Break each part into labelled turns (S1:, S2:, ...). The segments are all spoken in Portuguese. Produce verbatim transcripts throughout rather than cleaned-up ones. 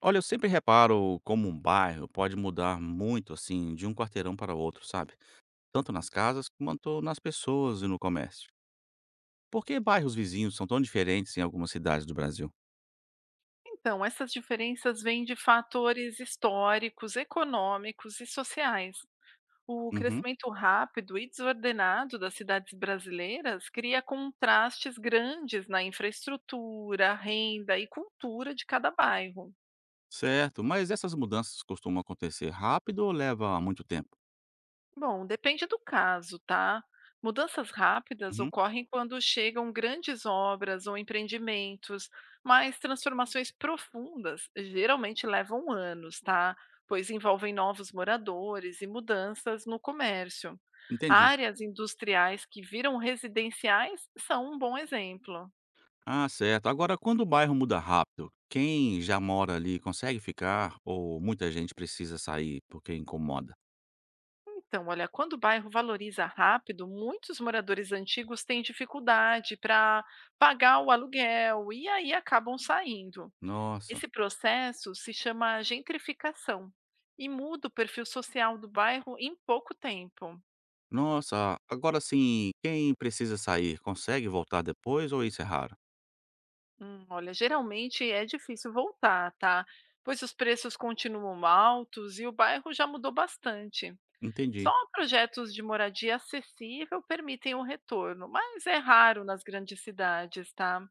S1: Olha, eu sempre reparo como um bairro pode mudar muito assim de um quarteirão para outro, sabe? Tanto nas casas quanto nas pessoas e no comércio. Por que bairros vizinhos são tão diferentes em algumas cidades do Brasil?
S2: Então, essas diferenças vêm de fatores históricos, econômicos e sociais. O
S1: Uhum.
S2: crescimento rápido e desordenado das cidades brasileiras cria contrastes grandes na infraestrutura, renda e cultura de cada bairro.
S1: Certo, mas essas mudanças costumam acontecer rápido ou leva muito tempo?
S2: Bom, depende do caso, tá? Mudanças rápidas
S1: Uhum.
S2: ocorrem quando chegam grandes obras ou empreendimentos, mas transformações profundas geralmente levam anos, tá? Pois envolvem novos moradores e mudanças no comércio.
S1: Entendi.
S2: Áreas industriais que viram residenciais são um bom exemplo.
S1: Ah, certo. Agora, quando o bairro muda rápido, quem já mora ali consegue ficar ou muita gente precisa sair porque incomoda?
S2: Então, olha, quando o bairro valoriza rápido, muitos moradores antigos têm dificuldade para pagar o aluguel e aí acabam saindo.
S1: Nossa.
S2: Esse processo se chama gentrificação e muda o perfil social do bairro em pouco tempo.
S1: Nossa, agora sim. Quem precisa sair consegue voltar depois ou isso é raro?
S2: Hum, olha, geralmente é difícil voltar, tá? Pois os preços continuam altos e o bairro já mudou bastante. Só
S1: Entendi.
S2: projetos de moradia acessível permitem o retorno, mas é raro nas grandes cidades, tá?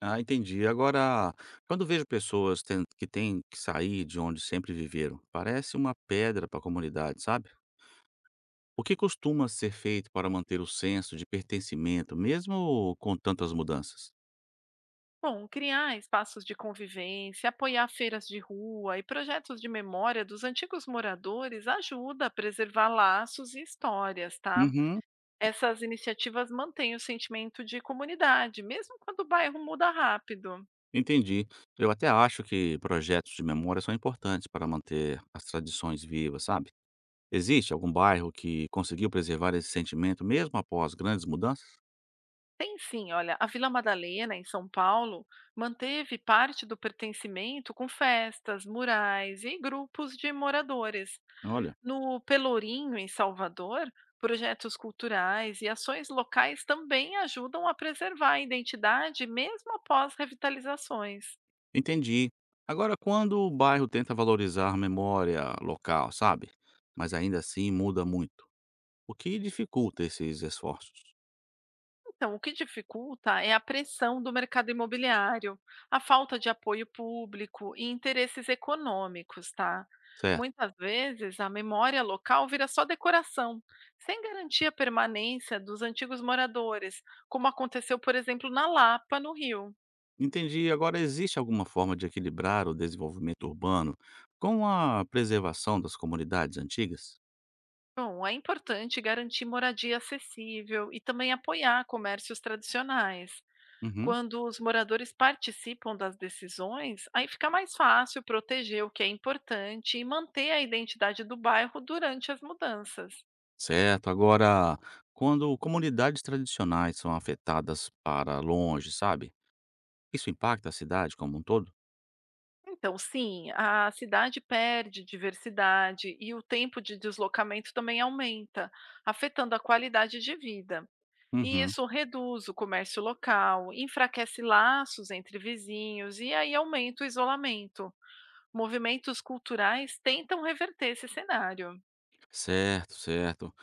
S1: Ah, entendi. Agora, quando vejo pessoas ten- que têm que sair de onde sempre viveram, parece uma pedra para a comunidade, sabe? O que costuma ser feito para manter o senso de pertencimento, mesmo com tantas mudanças?
S2: Bom, criar espaços de convivência, apoiar feiras de rua e projetos de memória dos antigos moradores ajuda a preservar laços e histórias, tá?
S1: Uhum,
S2: Essas iniciativas mantêm o sentimento de comunidade, mesmo quando o bairro muda rápido.
S1: entendi. Eu até acho que projetos de memória são importantes para manter as tradições vivas, sabe? Existe algum bairro que conseguiu preservar esse sentimento mesmo após grandes mudanças?
S2: Tem sim, olha, a Vila Madalena, em São Paulo, manteve parte do pertencimento com festas, murais e grupos de moradores.
S1: Olha,
S2: No Pelourinho, em Salvador, projetos culturais e ações locais também ajudam a preservar a identidade mesmo após revitalizações.
S1: entendi. Agora, quando o bairro tenta valorizar a memória local, sabe? Mas ainda assim muda muito, o que dificulta esses esforços,
S2: Então, o que dificulta é a pressão do mercado imobiliário, a falta de apoio público e interesses econômicos, tá?
S1: certo?
S2: Muitas vezes a memória local vira só decoração, sem garantir a permanência dos antigos moradores, como aconteceu, por exemplo, na Lapa, no Rio.
S1: Entendi. Agora, existe alguma forma de equilibrar o desenvolvimento urbano com a preservação das comunidades antigas?
S2: Bom, é importante garantir moradia acessível e também apoiar comércios tradicionais.
S1: Uhum.
S2: Quando os moradores participam das decisões, aí fica mais fácil proteger o que é importante e manter a identidade do bairro durante as mudanças.
S1: Certo. Agora, quando comunidades tradicionais são afetadas para longe, sabe? Isso impacta a cidade como um todo?
S2: Então, sim, a cidade perde diversidade e o tempo de deslocamento também aumenta, afetando a qualidade de vida. E
S1: Uhum.
S2: isso reduz o comércio local, enfraquece laços entre vizinhos e aí aumenta o isolamento. Movimentos culturais tentam reverter esse cenário.
S1: Certo, certo.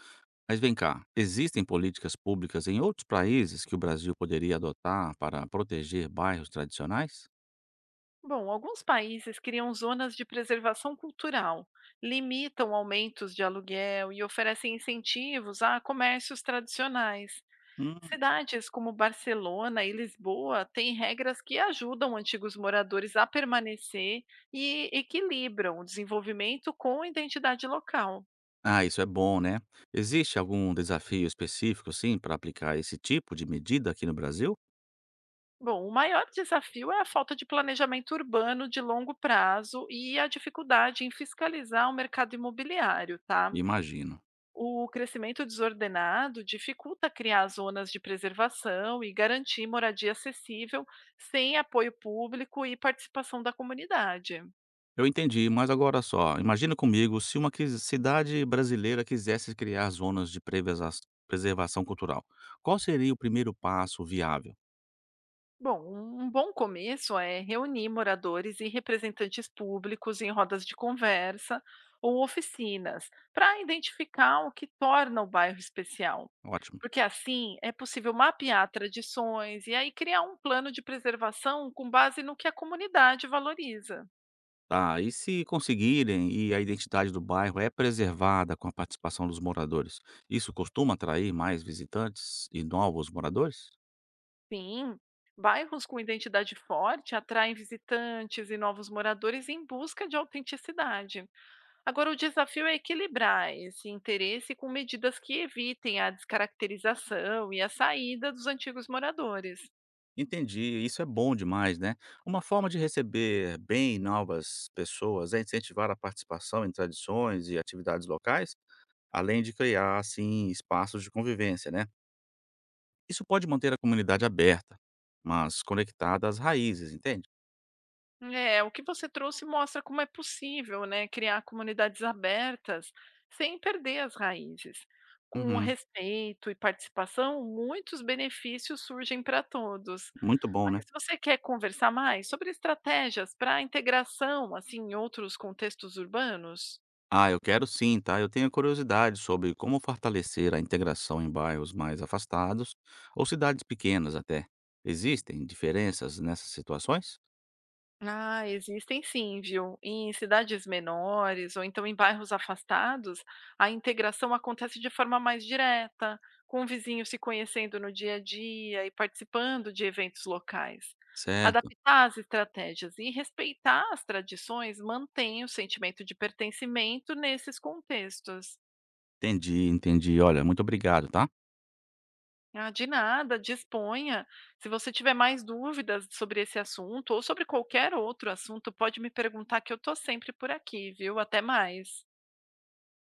S1: Mas vem cá, existem políticas públicas em outros países que o Brasil poderia adotar para proteger bairros tradicionais?
S2: Bom, alguns países criam zonas de preservação cultural, limitam aumentos de aluguel e oferecem incentivos a comércios tradicionais.
S1: Hum.
S2: Cidades como Barcelona e Lisboa têm regras que ajudam antigos moradores a permanecer e equilibram o desenvolvimento com a identidade local.
S1: Ah, isso é bom, né? Existe algum desafio específico, sim, para aplicar esse tipo de medida aqui no Brasil?
S2: Bom, o maior desafio é a falta de planejamento urbano de longo prazo e a dificuldade em fiscalizar o mercado imobiliário, tá?
S1: Imagino.
S2: O crescimento desordenado dificulta criar zonas de preservação e garantir moradia acessível sem apoio público e participação da comunidade.
S1: Eu entendi, mas agora só, imagina comigo se uma quis- cidade brasileira quisesse criar zonas de prevesa- preservação cultural. Qual seria o primeiro passo viável?
S2: Bom, um um bom começo é reunir moradores e representantes públicos em rodas de conversa ou oficinas para identificar o que torna o bairro especial.
S1: Ótimo.
S2: Porque assim é possível mapear tradições e aí criar um plano de preservação com base no que a comunidade valoriza.
S1: Tá, e se conseguirem e a identidade do bairro é preservada com a participação dos moradores, isso costuma atrair mais visitantes e novos moradores?
S2: Sim, bairros com identidade forte atraem visitantes e novos moradores em busca de autenticidade. Agora, o desafio é equilibrar esse interesse com medidas que evitem a descaracterização e a saída dos antigos moradores.
S1: Entendi, isso é bom demais, né? Uma forma de receber bem novas pessoas é incentivar a participação em tradições e atividades locais, além de criar, assim, espaços de convivência, né? Isso pode manter a comunidade aberta, mas conectada às raízes, entende?
S2: É, o que você trouxe mostra como é possível, né, criar comunidades abertas sem perder as raízes. Com o
S1: Uhum,
S2: respeito e participação, muitos benefícios surgem para todos.
S1: muito bom, né?
S2: Mas você quer conversar mais sobre estratégias para a integração assim em outros contextos urbanos?
S1: Ah, eu quero sim, tá? Eu tenho curiosidade sobre como fortalecer a integração em bairros mais afastados ou cidades pequenas até. Existem diferenças nessas situações?
S2: Ah, existem sim, viu? Em cidades menores ou então em bairros afastados, a integração acontece de forma mais direta, com vizinhos se conhecendo no dia a dia e participando de eventos locais.
S1: Certo.
S2: Adaptar as estratégias e respeitar as tradições mantém o sentimento de pertencimento nesses contextos.
S1: Entendi, entendi. Olha, muito obrigado, tá?
S2: Ah, de nada, disponha. Se você tiver mais dúvidas sobre esse assunto ou sobre qualquer outro assunto, pode me perguntar que eu estou sempre por aqui, viu? Até mais.